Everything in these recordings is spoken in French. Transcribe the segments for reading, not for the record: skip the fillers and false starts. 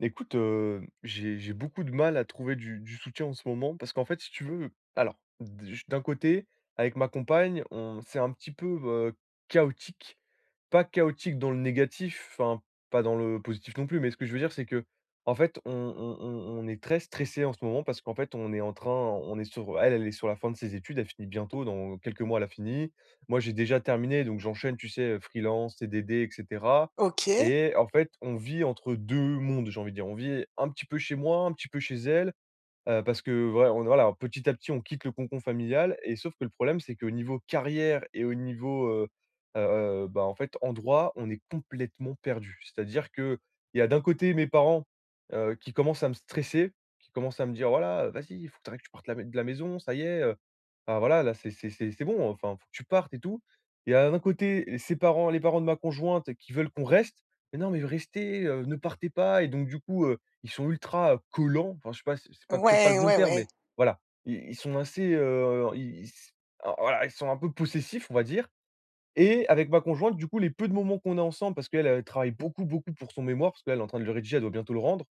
Écoute, j'ai beaucoup de mal à trouver du soutien en ce moment parce qu'en fait, si tu veux, alors d'un côté, avec ma compagne, on c'est un petit peu, chaotique. Pas chaotique dans le négatif, enfin, pas dans le positif non plus, mais ce que je veux dire, c'est que, en fait, on est très stressé en ce moment parce qu'en fait, on est sur elle est sur la fin de ses études, elle finit bientôt, dans quelques mois, elle a fini. Moi, j'ai déjà terminé, donc j'enchaîne, tu sais, freelance, CDD et cetera. OK. Ouais, Et en fait, on vit entre 2 mondes, j'ai envie de dire. On vit un petit peu chez moi, un petit peu chez elle, parce que vrai on voilà, petit à petit, on quitte le cocon familial, et sauf que le problème, c'est qu'au niveau carrière et au niveau, heu bah, en fait, endroit, on est complètement perdu. C'est-à-dire que il y a d'un côté mes parents, qui commencent à me stresser, qui commencent à me dire: «Voilà, vas-y, il faut que tu partes la mai de la maison, ça y est, ah voilà, là, c'est bon, enfin, faut que tu partes et tout.» Et y d'un côté ses parents, les parents de ma conjointe qui veulent qu'on reste. «Mais non, mais restez, ne partez pas», et donc du coup, ils sont ultra, collants. Enfin, je sais pas, c'est pas peut-être pas le ouais, bon terme, ouais. mais voilà. Ils sont assez, ils ils ah voilà, ils sont un peu possessifs, on va dire. Et avec ma conjointe, du coup, les peu de moments qu'on a ensemble, parce qu'elle, elle travaille beaucoup, beaucoup pour son mémoire, parce qu'elle est en train de le rédiger, elle doit bientôt le rendre.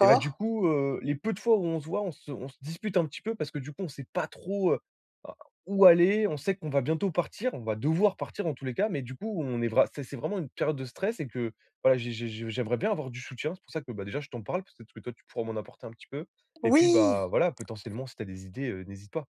Et bah, du coup, les peu de fois où on se voit, on se dispute un petit peu parce que du coup, on sait pas trop, a où aller. On sait qu'on va bientôt partir, on va devoir partir en tous les cas, mais du coup, on est vra c'est vraiment une période de stress, et que voilà, j'aimerais bien avoir du soutien. C'est pour ça que, bah, déjà, je t'en parle, peut-être que toi, tu pourras m'en apporter un petit peu, et puis, Oui! bah, voilà, potentiellement, si tu as des idées, n'hésite pas.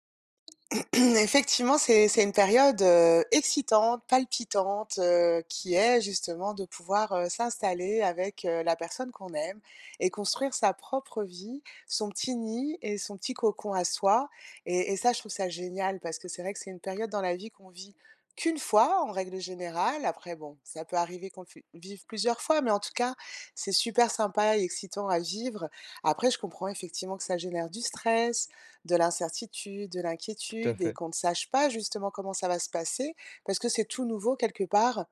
Effectivement, c'est une période, excitante, palpitante, qui est justement de pouvoir, s'installer avec, la personne qu'on aime et construire sa propre vie, son petit nid et son petit cocon à soi et ça, je trouve ça génial parce que c'est vrai que c'est une période dans la vie qu'on vit qu'une fois, en règle générale. Après bon, ça peut arriver qu'on le fi vive plusieurs fois, mais en tout cas, c'est super sympa et excitant à vivre. Après, je comprends effectivement que ça génère du stress, de l'incertitude, de Tout à l'inquiétude et fait. qu'on ne sache pas justement comment ça va se passer parce que c'est tout nouveau quelque part.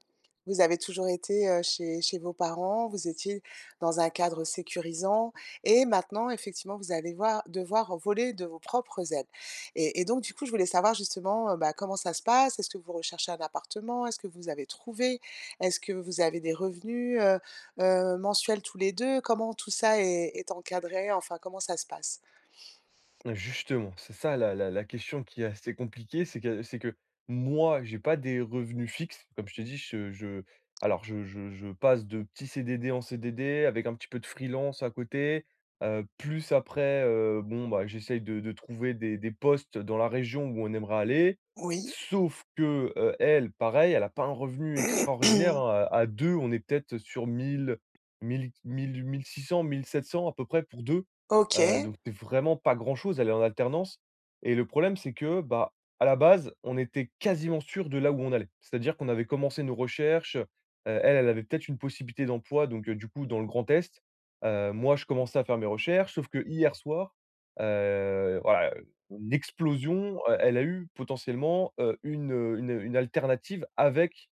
Vous avez toujours été, chez vos parents, vous étiez dans un cadre sécurisant et maintenant effectivement vous allez voir devoir voler de vos propres ailes et donc du coup je voulais savoir justement, bah, comment ça se passe? Est-ce que vous recherchez un appartement? Est-ce que vous avez trouvé? Est-ce que vous avez des revenus, mensuels tous les 2? Comment tout ça est encadré? Enfin, comment ça se passe? Justement, c'est ça, la question qui est assez compliquée, c'est que moi, j'ai pas des revenus fixes. Comme je te dis, je alors je passe de petits CDD en CDD avec un petit peu de freelance à côté, plus après, bon, bah, j'essaye de trouver des postes dans la région où on aimerait aller. Oui. Sauf que, elle, pareil, elle a pas un revenu extraordinaire, hein. À 2, on est peut-être sur 1600 1700 à peu près pour 2. OK, Donc c'est vraiment pas grand-chose, elle est en alternance, et le problème, c'est que, bah, à la base, on était quasiment sûr de là où on allait. C'est-à-dire qu'on avait commencé nos recherches, elle, elle avait peut-être une possibilité d'emploi, donc du coup, dans le Grand Est. Moi, je commençais à faire mes recherches, sauf que hier soir, voilà, une explosion, elle a eu potentiellement, une alternative avec,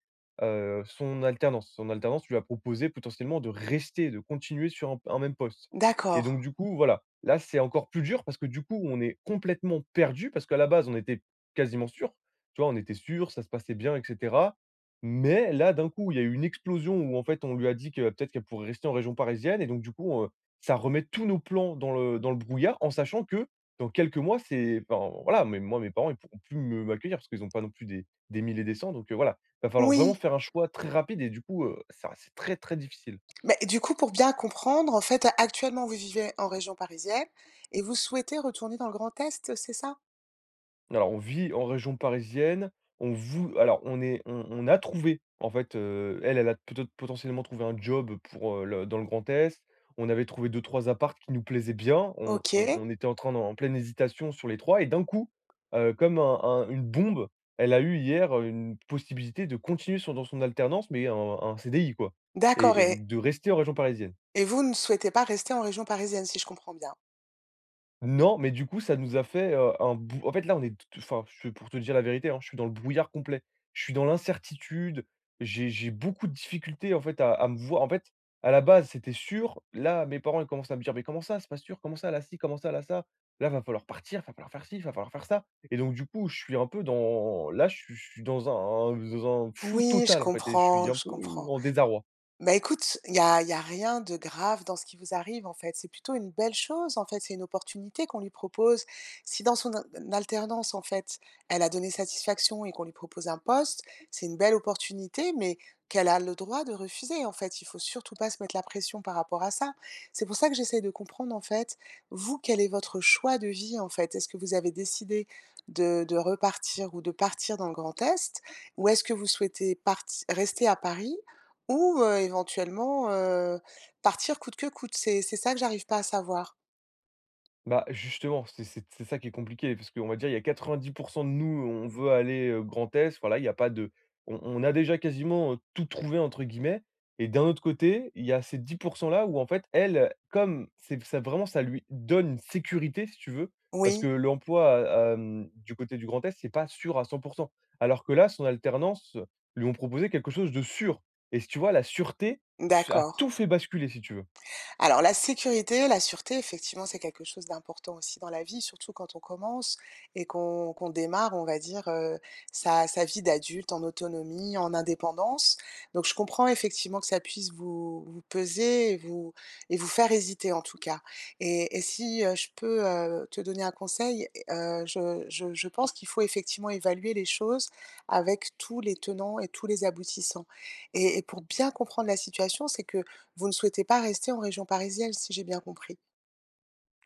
son alternance. Son alternance lui a proposé potentiellement de rester, de continuer sur un même poste, et d'accord. donc du coup, voilà, là, c'est encore plus dur parce que du coup, on est complètement perdu parce qu'à la base, on était quasiment sûr. Tu vois, on était sûr, ça se passait bien, et cetera. Mais là, d'un coup, il y a eu une explosion où, en fait, on lui a dit que peut-être qu'elle pourrait rester en région parisienne, et donc du coup, ça remet tous nos plans dans le brouillard, en sachant que dans quelques mois, c'est, enfin, voilà, mais moi, mes parents, ils pourront plus me m'accueillir parce qu'ils n'ont pas non plus des 1 et des cents. Donc voilà, il va falloir vraiment Oui. faire un choix très rapide et du coup, ça, c'est très, très difficile. Mais du coup, pour bien comprendre, en fait, actuellement, vous vivez en région parisienne et vous souhaitez retourner dans le Grand Est, c'est ça? Alors, on vit en région parisienne. On vou alors on a trouvé, en fait, elle, elle a peut-être potentiellement trouvé un job pour, le dans le Grand Est. On avait trouvé deux trois apparts qui nous plaisaient bien. On on OK, on était en train d'en en pleine hésitation sur les trois, et d'un coup, comme un une bombe, elle a eu hier, une possibilité de continuer son dans son alternance, mais un CDI quoi, d'accord et de rester en région parisienne. et vous ne souhaitez pas rester en région parisienne, si je comprends bien? Non, mais du coup, ça nous a fait, un bou en fait, là, on est t enfin, je pour te dire la vérité, hein, je suis dans le brouillard complet. Je suis dans l'incertitude, j'ai beaucoup de difficultés, en fait, à me voir, en fait, à la base, c'était sûr. Là, mes parents, ils commencent à me dire: «Mais comment ça, c'est pas sûr? Comment ça, là, ci? Comment ça? Là, va falloir partir, va falloir faire ci, va falloir faire ça», et donc du coup, je suis un peu dans là, je suis dans dans un flou Oui, je total, en fait, et je suis comprends, un je peu comprends. en désarroi. Bah, écoute, il y a y a rien de grave dans ce qui vous arrive, en fait. C'est plutôt une belle chose, en fait, c'est une opportunité qu'on lui propose. Si dans son al alternance, en fait, elle a donné satisfaction et qu'on lui propose un poste, c'est une belle opportunité, mais qu'elle a le droit de refuser, en fait. Il faut surtout pas se mettre la pression par rapport à ça. C'est pour ça que j'essaye de comprendre, en fait, vous, quel est votre choix de vie, en fait? Est-ce que vous avez décidé de repartir ou de partir dans le Grand Est? Ou est-ce que vous souhaitez parti rester à Paris ou, éventuellement, partir coûte que coûte, c'est ça que j'arrive pas à savoir. Bah, justement, c'est ça qui est compliqué parce qu'on va dire, il y a 90 de nous, on veut aller, Grand Est, voilà, il y a pas de on a déjà quasiment, «tout trouvé» entre guillemets, et d'un autre côté, il y a ces 10 là où, en fait, elle, comme c'est ça vraiment ça lui donne une sécurité si tu veux, parce que Oui, l'emploi, du côté du Grand Est, c'est pas sûr à 100. Alors que là, son alternance, lui ont proposé quelque chose de sûr, et si tu vois la sûreté, f a d'accord. tout fait basculer si tu veux. Alors la sécurité, la sûreté, effectivement, c'est quelque chose d'important aussi dans la vie, surtout quand on commence et qu'on démarre, on va dire, sa vie d'adulte en autonomie, en indépendance. Donc je comprends effectivement que ça puisse vous peser et vous faire hésiter en tout cas. Et si, je peux, te donner un conseil, je pense qu'il faut effectivement évaluer les choses avec tous les tenants et tous les aboutissants. Et pour bien comprendre la situation, c'est que vous ne souhaitez pas rester en région parisienne, si j'ai bien compris?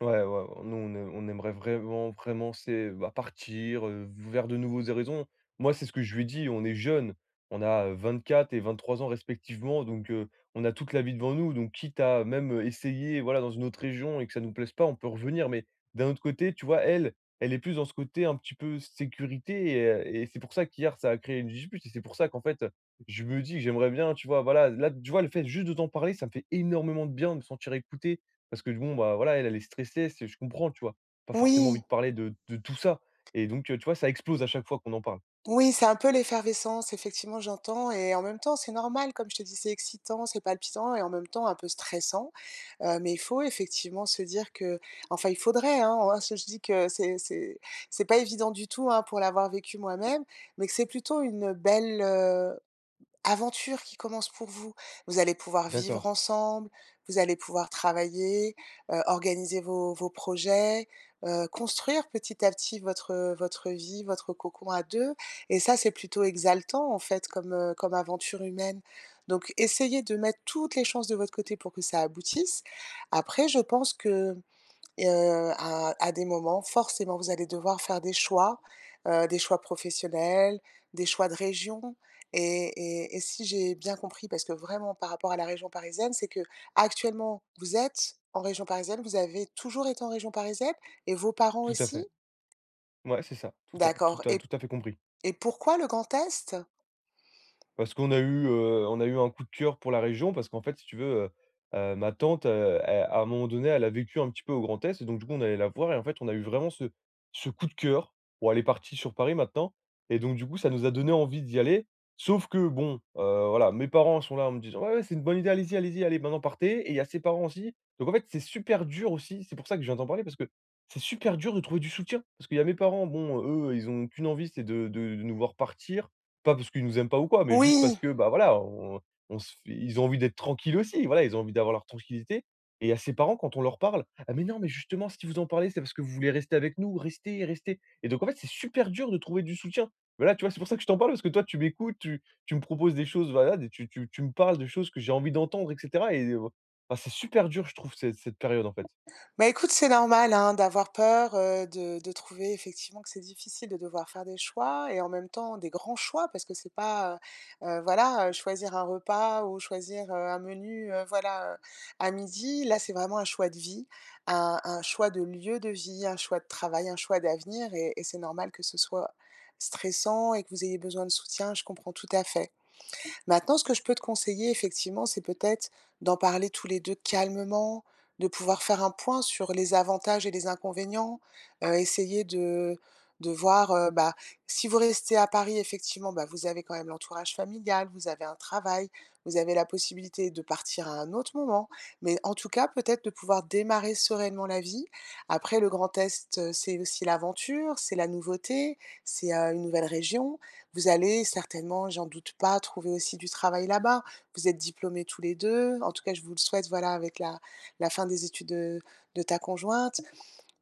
Ouais, ouais, ouais, nous, on aimerait vraiment, vraiment, c'est, bah, partir, vers de nouveaux horizons. Moi, c'est ce que je lui ai dit, on est jeunes, on a, 24 et 23 ans respectivement, donc on a toute la vie devant nous, donc quitte à même, essayer, voilà, dans une autre région, et que ça nous plaise pas, on peut revenir. Mais d'un autre côté, tu vois, elle, elle est plus dans ce côté un petit peu sécurité, et c'est pour ça qu'hier, ça a créé une dispute, et c'est pour ça qu'en fait, je me dis que «J'aimerais bien», tu vois, voilà, là, tu vois, le fait juste de t'en parler, ça me fait énormément de bien de me sentir écouté parce que bon, bah, voilà, elle, elle est stressée, c'est je comprends, tu vois? Pas forcément envie Oui, de parler de tout ça, et donc, tu vois, ça explose à chaque fois qu'on en parle. oui, c'est un peu l'effervescence, effectivement, j'entends et en même temps, c'est normal, comme je te dis, c'est excitant, c'est palpitant et en même temps un peu stressant, mais il faut effectivement se dire que enfin, il faudrait, hein, en je dis que c'est c'est pas évident du tout, hein, pour l'avoir vécu moi-même, mais que c'est plutôt une belle, aventure qui commence pour vous. Vous allez pouvoir D'accord, vivre ensemble, vous allez pouvoir travailler, organiser vos projets, construire petit à petit votre, votre vie, votre cocon à 2. Et ça, c'est plutôt exaltant, en fait, comme, comme aventure humaine. Donc essayez de mettre toutes les chances de votre côté pour que ça aboutisse. Après, je pense que et à des moments, forcément, vous allez devoir faire des choix professionnels, des choix de région et si j'ai bien compris, parce que vraiment par rapport à la région parisienne, c'est que actuellement vous êtes en région parisienne, vous avez toujours été en région parisienne et vos parents tout à fait. aussi? Ouais, c'est ça, D'accord tout à fait compris. et pourquoi le Grand Est? Parce qu'on a eu, on a eu un coup de cœur pour la région, parce qu'en fait, si tu veux, ma tante, elle, à un moment donné, elle a vécu un petit peu au Grand Est, et donc du coup, on allait la voir, et en fait, on a eu vraiment ce coup de cœur. Bon, elle est partie sur Paris maintenant, et donc du coup, ça nous a donné envie d'y aller. Sauf que bon, voilà, mes parents sont là en me disant: «Ouais, ouais, c'est une bonne idée, allez-y, allez-y, allez, maintenant partez», et il y a ses parents aussi. Donc en fait, c'est super dur aussi, c'est pour ça que je viens t'en parler parce que c'est super dur de trouver du soutien. Parce qu'il y a mes parents, bon, eux, ils ont qu'une envie, c'est de nous voir partir. Pas parce qu'ils nous aiment pas ou quoi, mais juste parce Oui! que, bah, voilà, on se fait ils ont envie d'être tranquilles aussi, voilà, ils ont envie d'avoir leur tranquillité, et à ses parents, quand on leur parle: «Ah mais non, mais justement, si vous en parlez, c'est parce que vous voulez rester avec nous, restez, restez», et donc en fait, c'est super dur de trouver du soutien. Voilà, tu vois, c'est pour ça que je t'en parle parce que toi, tu m'écoutes, tu tu me proposes des choses, voilà, des tu me parles de choses que j'ai envie d'entendre et cetera, et enfin, c'est super dur, je trouve, cette période, en fait. Bah, écoute, c'est normal, hein, d'avoir peur, de trouver effectivement que c'est difficile de devoir faire des choix et en même temps des grands choix parce que c'est pas, voilà, choisir un repas ou choisir, un menu, voilà, à midi. Là, c'est vraiment un choix de vie, un choix de lieu de vie, un choix de travail, un choix d'avenir et c'est normal que ce soit stressant et que vous ayez besoin de soutien, je comprends tout à fait. Maintenant, ce que je peux te conseiller effectivement, c'est peut-être d'en parler tous les 2 calmement, de pouvoir faire un point sur les avantages et les inconvénients, essayer de voir, bah, si vous restez à Paris effectivement, bah, vous avez quand même l'entourage familial, vous avez un travail, vous avez la possibilité de partir à un autre moment. Mais en tout cas, peut-être de pouvoir démarrer sereinement la vie. Après le Grand Est, c'est aussi l'aventure, c'est la nouveauté, c'est, une nouvelle région. Vous allez certainement, j'en doute pas, trouver aussi du travail là-bas. Vous êtes diplômés tous les 2. En tout cas je vous le souhaite, voilà, avec la la fin des études de ta conjointe.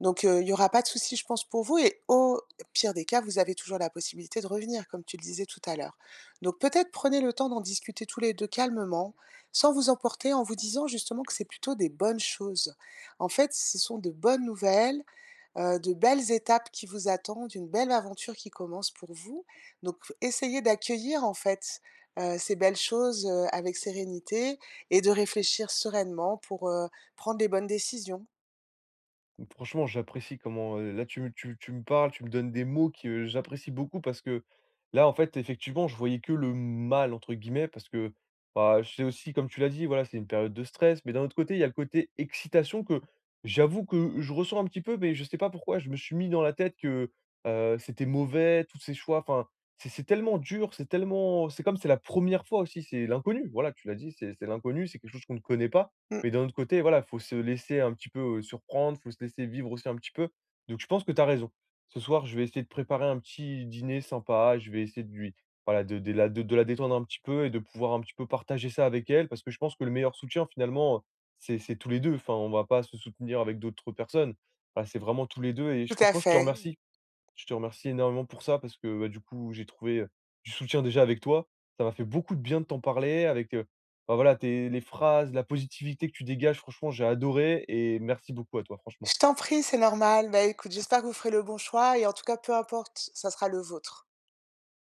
Donc il n'y aura pas de souci, je pense, pour vous et au pire des cas, vous avez toujours la possibilité de revenir, comme tu le disais tout à l'heure. Donc peut-être prenez le temps d'en discuter tous les 2 calmement, sans vous emporter, en vous disant justement que c'est plutôt des bonnes choses. En fait, ce sont de bonnes nouvelles de belles étapes qui vous attendent, une belle aventure qui commence pour vous. Donc essayez d'accueillir en fait, ces belles choses, avec sérénité et de réfléchir sereinement pour, prendre les bonnes décisions. Donc franchement, j'apprécie comment, là tu me parles, tu me donnes des mots que, j'apprécie beaucoup parce que là, en fait, effectivement, je voyais que le «mal» entre guillemets, parce que, bah, c'est aussi comme tu l'as dit, voilà, c'est une période de stress, mais d'un autre côté, il y a le côté excitation que j'avoue que je ressens un petit peu, mais je sais pas pourquoi je me suis mis dans la tête que, c'était mauvais, tous ces choix, enfin, c'est tellement dur, c'est comme c'est la première fois aussi, c'est l'inconnu, voilà, tu l'as dit, c'est l'inconnu, c'est quelque chose qu'on ne connaît pas, Mmh, mais d'un autre côté, voilà, faut se laisser un petit peu, surprendre, faut se laisser vivre aussi un petit peu. Donc je pense que tu as raison. Ce soir, je vais essayer de préparer un petit dîner sympa, je vais essayer de lui voilà, de la détendre un petit peu et de pouvoir un petit peu partager ça avec elle. Parce que je pense que le meilleur soutien finalement, c'est tous les deux. Enfin, on va pas se soutenir avec d'autres personnes. Voilà, c'est vraiment tous les deux, et tout à franchement, fait. Je te remercie énormément pour ça parce que, bah, du coup, j'ai trouvé, du soutien déjà avec toi. Ça m'a fait beaucoup de bien de t'en parler, avec, bah, voilà, tes les phrases, la positivité que tu dégages, franchement, j'ai adoré, et merci beaucoup à toi, franchement. Je t'en prie, c'est normal. Bah, écoute, j'espère que vous ferez le bon choix et en tout cas, peu importe, ça sera le vôtre.